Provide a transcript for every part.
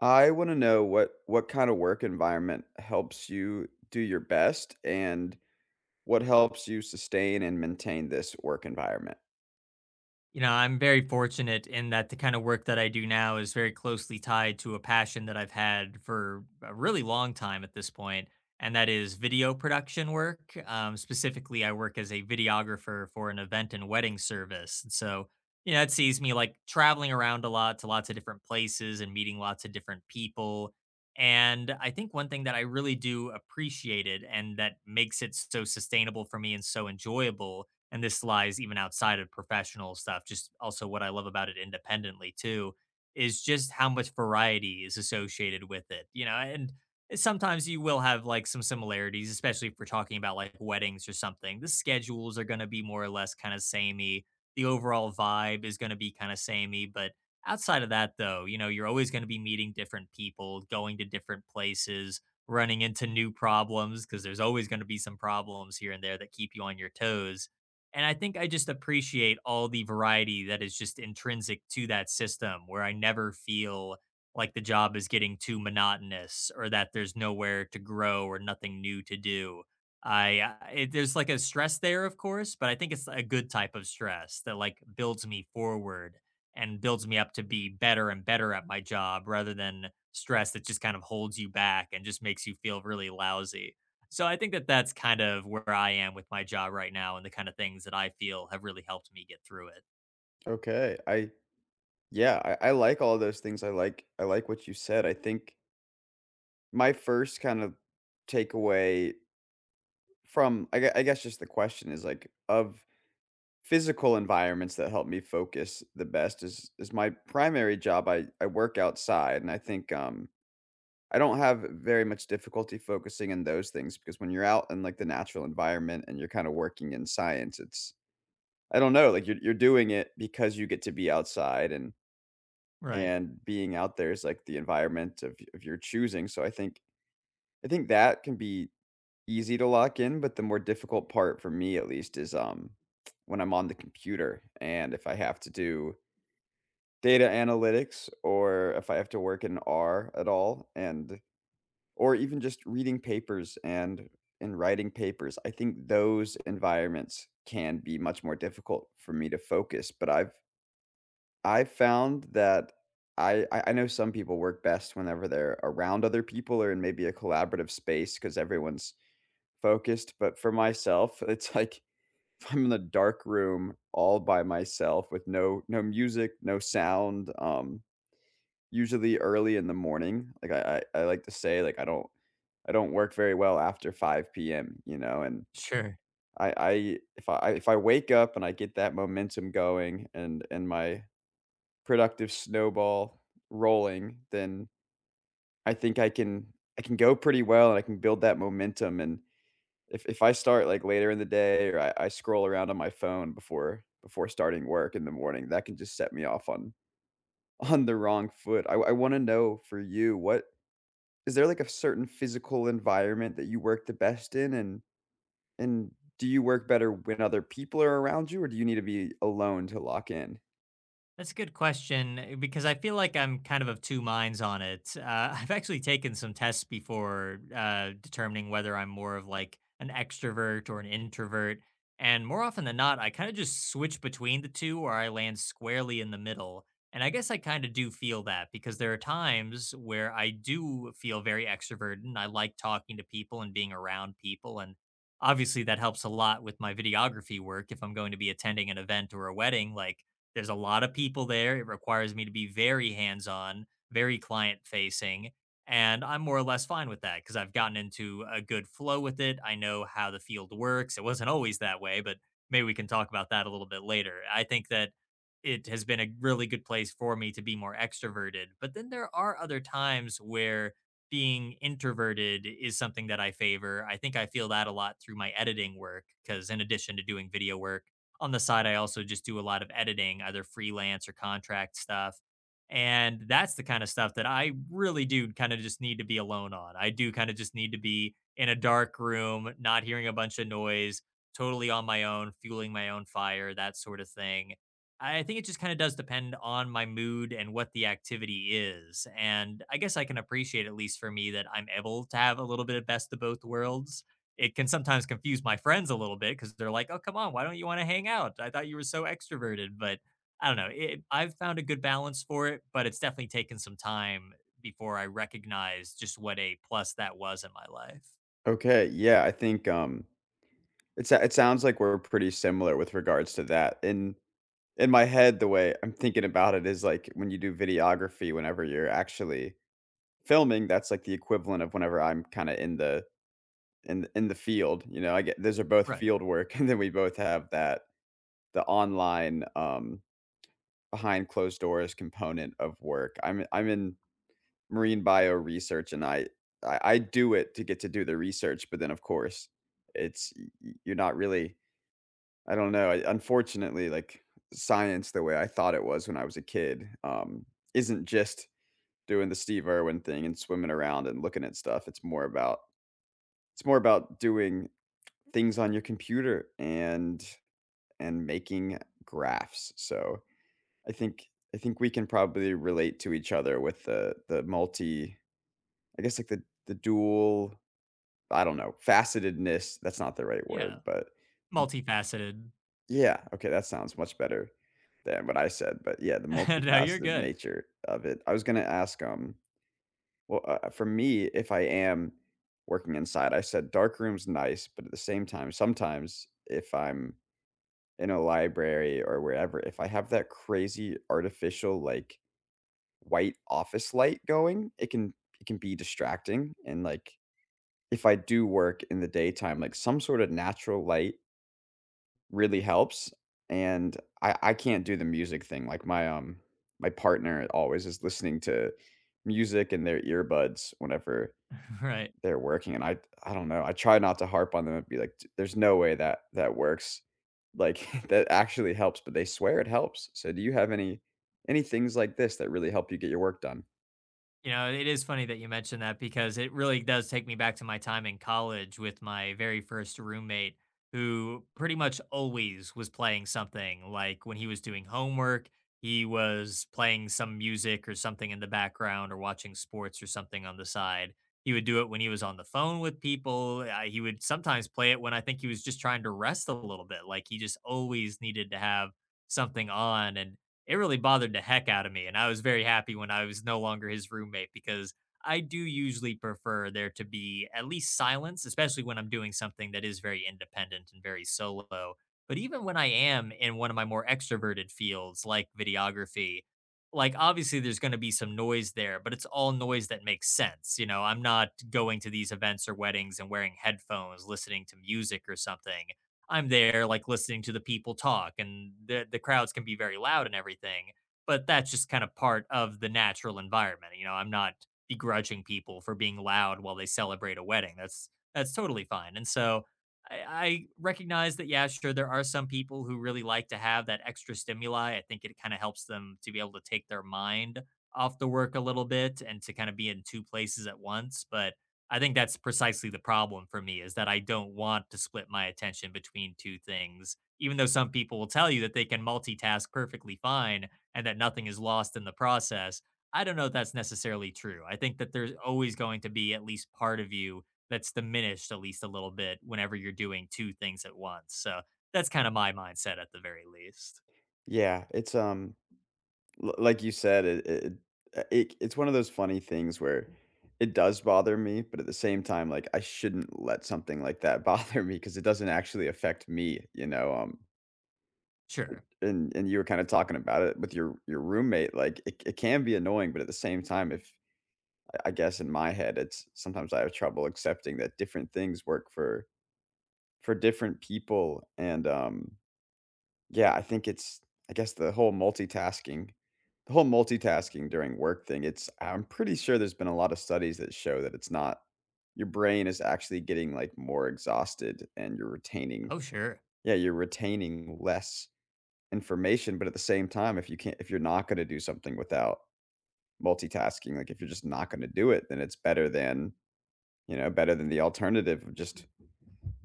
I wanna know what kinda work environment helps you do your best, and what helps you sustain and maintain this work environment? You know, I'm very fortunate in that the kind of work that I do now is very closely tied to a passion that I've had for a really long time at this point, and that is video production work. Specifically, I work as a videographer for an event and wedding service. And so, you know, it sees me like traveling around a lot to lots of different places and meeting lots of different people. And I think one thing that I really do appreciate it and that makes it so sustainable for me and so enjoyable, and this lies even outside of professional stuff, just also what I love about it independently too, is just how much variety is associated with it. And sometimes you will have like some similarities, especially if we're talking about like weddings or something. The schedules are going to be more or less kind of samey, the overall vibe is going to be kind of samey, but outside of that though, you're always going to be meeting different people, going to different places, running into new problems because there's always going to be some problems here and there that keep you on your toes. And I think I just appreciate all the variety that is just intrinsic to that system where I never feel like the job is getting too monotonous or that there's nowhere to grow or nothing new to do. There's like a stress there of course, but I think it's a good type of stress that like builds me forward and builds me up to be better and better at my job rather than stress that just kind of holds you back and just makes you feel really lousy. So I think that that's kind of where I am with my job right now and the kind of things that I feel have really helped me get through it. Okay, I like all those things. I like what you said. I think my first kind of takeaway from I guess just the question is, like, of physical environments that help me focus the best is my primary job. I work outside, and I think, I don't have very much difficulty focusing in those things, because when you're out in, like, the natural environment and you're kinda working in science, it's I don't know, like, you're doing it because you get to be outside, and Right. Being out there is, like, the environment of your choosing. So I think that can be easy to lock in, but the more difficult part for me at least is, when I'm on the computer, and if I have to do data analytics, or if I have to work in R at all, and or even just reading papers and writing papers. I think those environments can be much more difficult for me to focus, but I've found that I know some people work best whenever they're around other people, or in maybe a collaborative space because everyone's focused, but for myself, it's like if I'm in a dark room all by myself with no music, no sound, usually early in the morning, like, I like to say, like, I don't work very well after 5 p.m., you know, and Sure. I if I wake up and I get that momentum going, and my productive snowball rolling, then I can go pretty well and I can build that momentum. And if I start, like, later in the day, or I scroll around on my phone before starting work in the morning, that can just set me off on on the wrong foot. I wanna know for you, what is there like a certain physical environment that you work the best in, and and do you work better when other people are around you, or do you need to be alone to lock in? That's a good question eh, because I feel like I'm kind of two minds on it. I've actually taken some tests before determining whether I'm more of like an extrovert or an introvert. And more often than not, I kind of just switch between the two or I land squarely in the middle. And I guess I kind of do feel that because there are times where I do feel very extroverted and I like talking to people and being around people. And obviously, that helps a lot with my videography work if I'm going to be attending an event or a wedding. Like, there's a lot of people there. It requires me to be very hands on, very client facing. And I'm more or less fine with that because I've gotten into a good flow with it. I know how the field works. It wasn't always that way, but maybe we can talk about that a little bit later. I think that it has been a really good place for me to be more extroverted. But then there are other times where being introverted is something that I favor. I think I feel that a lot through my editing work because, in addition to doing video work, on the side, I also just do a lot of editing, either freelance or contract stuff. And that's the kind of stuff that I really do kind of just need to be alone on. I do kind of just need to be in a dark room, not hearing a bunch of noise, totally on my own, fueling my own fire, that sort of thing. I think it just kind of does depend on my mood and what the activity is. And I guess I can appreciate, at least for me, that I'm able to have a little bit of best of both worlds. It can sometimes confuse my friends a little bit because they're like, "Oh, come on, why don't you want to hang out? I thought you were so extroverted." But I don't know. I've found a good balance for it, but it's definitely taken some time before I recognized just what a plus that was in my life. Okay, yeah, I think, it's it sounds like we're pretty similar with regards to that. In my head, the way I'm thinking about it is like when you do videography, whenever you're actually filming, that's like the equivalent of whenever I'm kind of in the in the field. You know, I get those are both Right. field work, and then we both have that the online behind closed doors component of work. I'm in marine bio research, and I do it to get to do the research, but then of course it's you're not really I don't know. Unfortunately, like, science the way I thought it was when I was a kid, isn't just doing the Steve Irwin thing and swimming around and looking at stuff. It's more about doing things on your computer, and making graphs. So I think we can probably relate to each other with the multi, I guess, like, the dual, I don't know, facetedness. That's not the right Yeah, word, but multifaceted. yeah, okay, that sounds much better than what I said, but yeah, the No, you're multifaceted good. nature of it. I was gonna ask, well, for me, if I am working inside, I said dark room's nice, but at the same time, sometimes if I'm in a library or wherever, if I have that crazy artificial, like, white office light going, it can be distracting. And, like, if I do work in the daytime, like, some sort of natural light really helps. And I can't do the music thing, like, my, my partner always is listening to music in their earbuds whenever Right. they're working, and I don't know, I try not to harp on them and be like, "D there's no way that that works." Like, that actually helps, but they swear it helps. So do you have any things like this that really help you get your work done? You know, it is funny that you mentioned that because it really does take me back to my time in college with my very first roommate who pretty much always was playing something. Like when he was doing homework, he was playing some music or something in the background or watching sports or something on the side. He would do it when he was on the phone with people. He would sometimes play it when I think he was just trying to rest a little bit. Like he just always needed to have something on and it really bothered the heck out of me. And I was very happy when I was no longer his roommate because I do usually prefer there to be at least silence, especially when I'm doing something that is very independent and very solo. But even when I am in one of my more extroverted fields like videography, like obviously there's going to be some noise there, but it's all noise that makes sense. You know, I'm not going to these events or weddings and wearing headphones, listening to music or something. I'm there like listening to the people talk and the crowds can be very loud and everything, but that's just kind of part of the natural environment. You know, I'm not begrudging people for being loud while they celebrate a wedding. That's totally fine. And so I, I recognize that yeah, sure, there are some people who really like to have that extra stimuli. I think it kind of helps them to be able to take their mind off the work a little bit and to kind of be in two places at once. But I think that's precisely the problem for me is that I don't want to split my attention between two things, even though some people will tell you that they can multitask perfectly fine and that nothing is lost in the process. I don't know if that's necessarily true. I think that there's always going to be at least part of you that's diminished at least a little bit whenever you're doing two things at once. So that's kind of my mindset at the very least. Yeah, it's, l like you said, it it's one of those funny things where it does bother me, but at the same time, like, I shouldn't let something like that bother me, because it doesn't actually affect me, you know, Sure. and you were kinda talking about it with your roommate, like, it can be annoying, but at the same time, if I guess in my head, it's sometimes I have trouble accepting that different things work for different people, and, yeah, I think it's, I guess, the whole multitasking during work thing. It's I'm pretty sure there's been a lot of studies that show that it's not your brain is actually getting, like, more exhausted, and you're retaining Oh, sure. yeah, you're retaining less information. But at the same time, if you can't if you're not gonna do something without multitasking, like, if you're just not gonna do it, then it's better than, you know, better than the alternative of just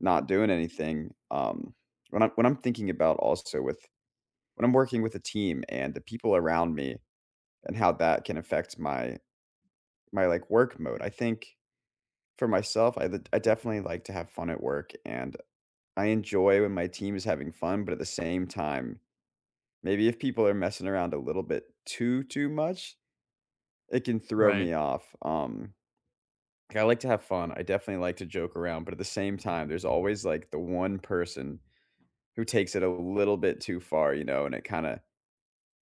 not doing anything. When I'm thinking about also with when I'm working with a team and the people around me, and how that can affect my like work mode. I think for myself, I definitely like to have fun at work, and I enjoy when my team is having fun, but at the same time, maybe if people are messing around a little bit too much, it can throw me Right. off. Um, like, I like to have fun. I definitely like to joke around, but at the same time, there's always like the one person who takes it a little bit too far, you know, and it kind of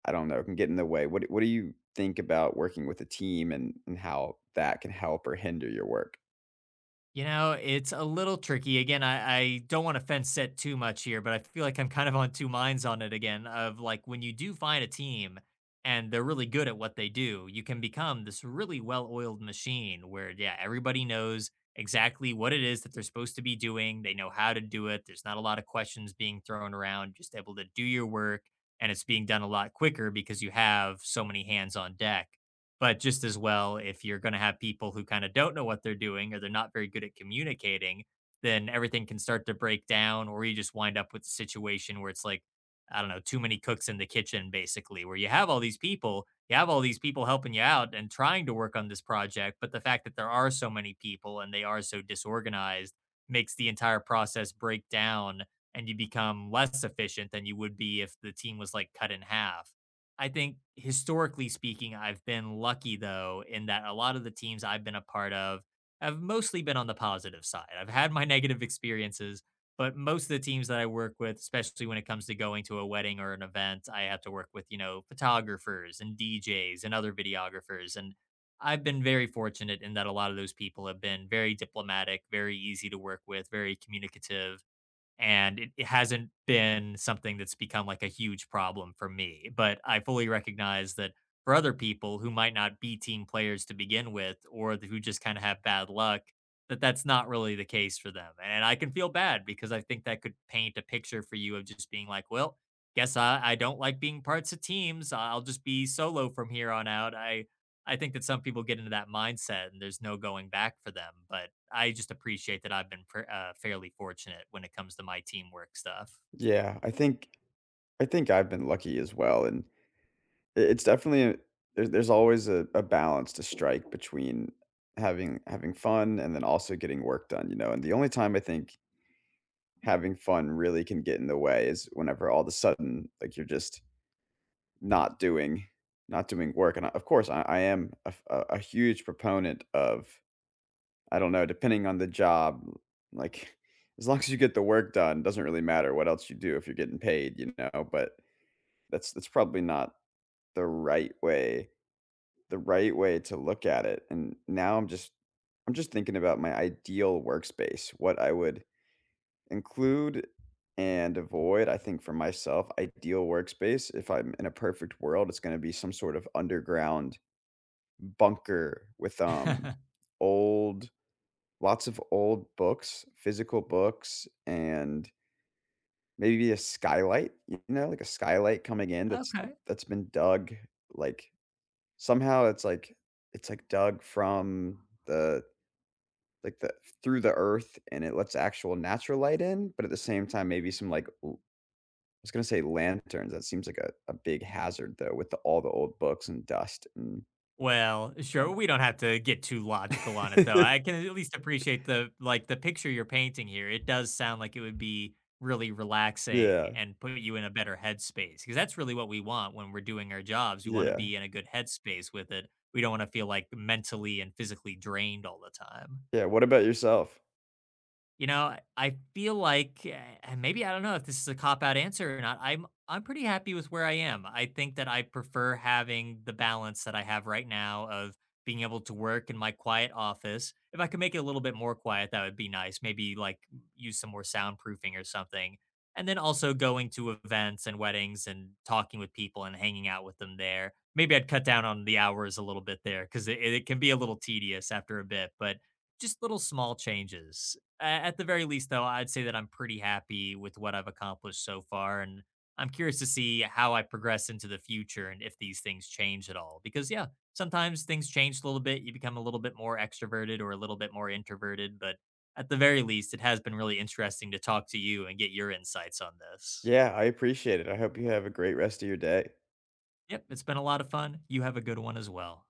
I don't know, can get in the way. What do you think about working with a team, and how that can help or hinder your work? You know, it's a little tricky. Again, I don't want to fence set too much here, but I feel like I'm kind of on two minds on it again of like when you do find a team and they're really good at what they do, you can become this really well oiled machine where, yeah, everybody knows exactly what it is that they're supposed to be doing. They know how to do it. There's not a lot of questions being thrown around, just able to do your work. And it's being done a lot quicker because you have so many hands on deck. But just as well, if you're going to have people who kind of don't know what they're doing or they're not very good at communicating, then everything can start to break down, or you just wind up with a situation where it's like, I don't know, too many cooks in the kitchen, basically, where you have all these people, you have all these people helping you out and trying to work on this project. But the fact that there are so many people and they are so disorganized makes the entire process break down and you become less efficient than you would be if the team was like cut in half. I think historically speaking, I've been lucky though, in that a lot of the teams I've been a part of have mostly been on the positive side. I've had my negative experiences, but most of the teams that I work with, especially when it comes to going to a wedding or an event, I have to work with, you know, photographers and DJs and other videographers. And I've been very fortunate in that a lot of those people have been very diplomatic, very easy to work with, very communicative and it hasn't been something that's become like a huge problem for me. But I fully recognize that for other people who might not be team players to begin with, or th- who just kind of have bad luck, that that's not really the case for them. And I can feel bad because I think that could paint a picture for you of just being like, well, guess I don't like being parts of teams. I'll just be solo from here on out. I think that some people get into that mindset and there's no going back for them, but I just appreciate that I've been pr fairly fortunate when it comes to my teamwork stuff. Yeah, I think I've been lucky as well. And I it's definitely a there's always a balance to strike between having fun and then also getting work done, you know? And the only time I think having fun really can get in the way is whenever all of a sudden, like, you're just not doing not doing work. And, I- of course, I am a f a huge proponent of, I don't know, depending on the job, like, as long as you get the work done, doesn't really matter what else you do if you're getting paid, you know. But that's probably not the right way to look at it. And now I'm just thinking about my ideal workspace, what I would include and avoid. I think for myself, ideal workspace, if I'm in a perfect world, it's gonna be some sort of underground bunker with, old lots of old books, physical books, and maybe a skylight, you know, like a skylight coming in that's Okay. Been dug, like, somehow it's like dug from the like the through the earth, and it lets actual natural light in. But at the same time, maybe some like l I was gonna say lanterns. That seems like a big hazard though, with the all the old books and dust and Well, sure, we don't have to get too logical on it though. I can at least appreciate the like, the picture you're painting here. It does sound like it would be really relaxing yeah, and put you in a better headspace, because that's really what we want when we're doing our jobs. We wanna yeah, be in a good headspace with it. We don't wanna feel, like, mentally and physically drained all the time. yeah, what about yourself? You know, I feel like, eh, and maybe I don't know if this is a cop out answer or not. I'm pretty happy with where I am. I think that I prefer having the balance that I have right now of being able to work in my quiet office. If I could make it a little bit more quiet, that would be nice. Maybe like use some more soundproofing or something. And then also going to events and weddings and talking with people and hanging out with them there. Maybe I'd cut down on the hours a little bit there because it can be a little tedious after a bit, but just little small changes at the very least, though, I'd say that I'm pretty happy with what I've accomplished so far. And I'm curious to see how I progress into the future and if these things change at all. Because, yeah, sometimes things change a little bit. You become a little bit more extroverted or a little bit more introverted. But at the very least, it has been really interesting to talk to you and get your insights on this. Yeah, I appreciate it. I hope you have a great rest of your day. Yep, it's been a lot of fun. You have a good one as well.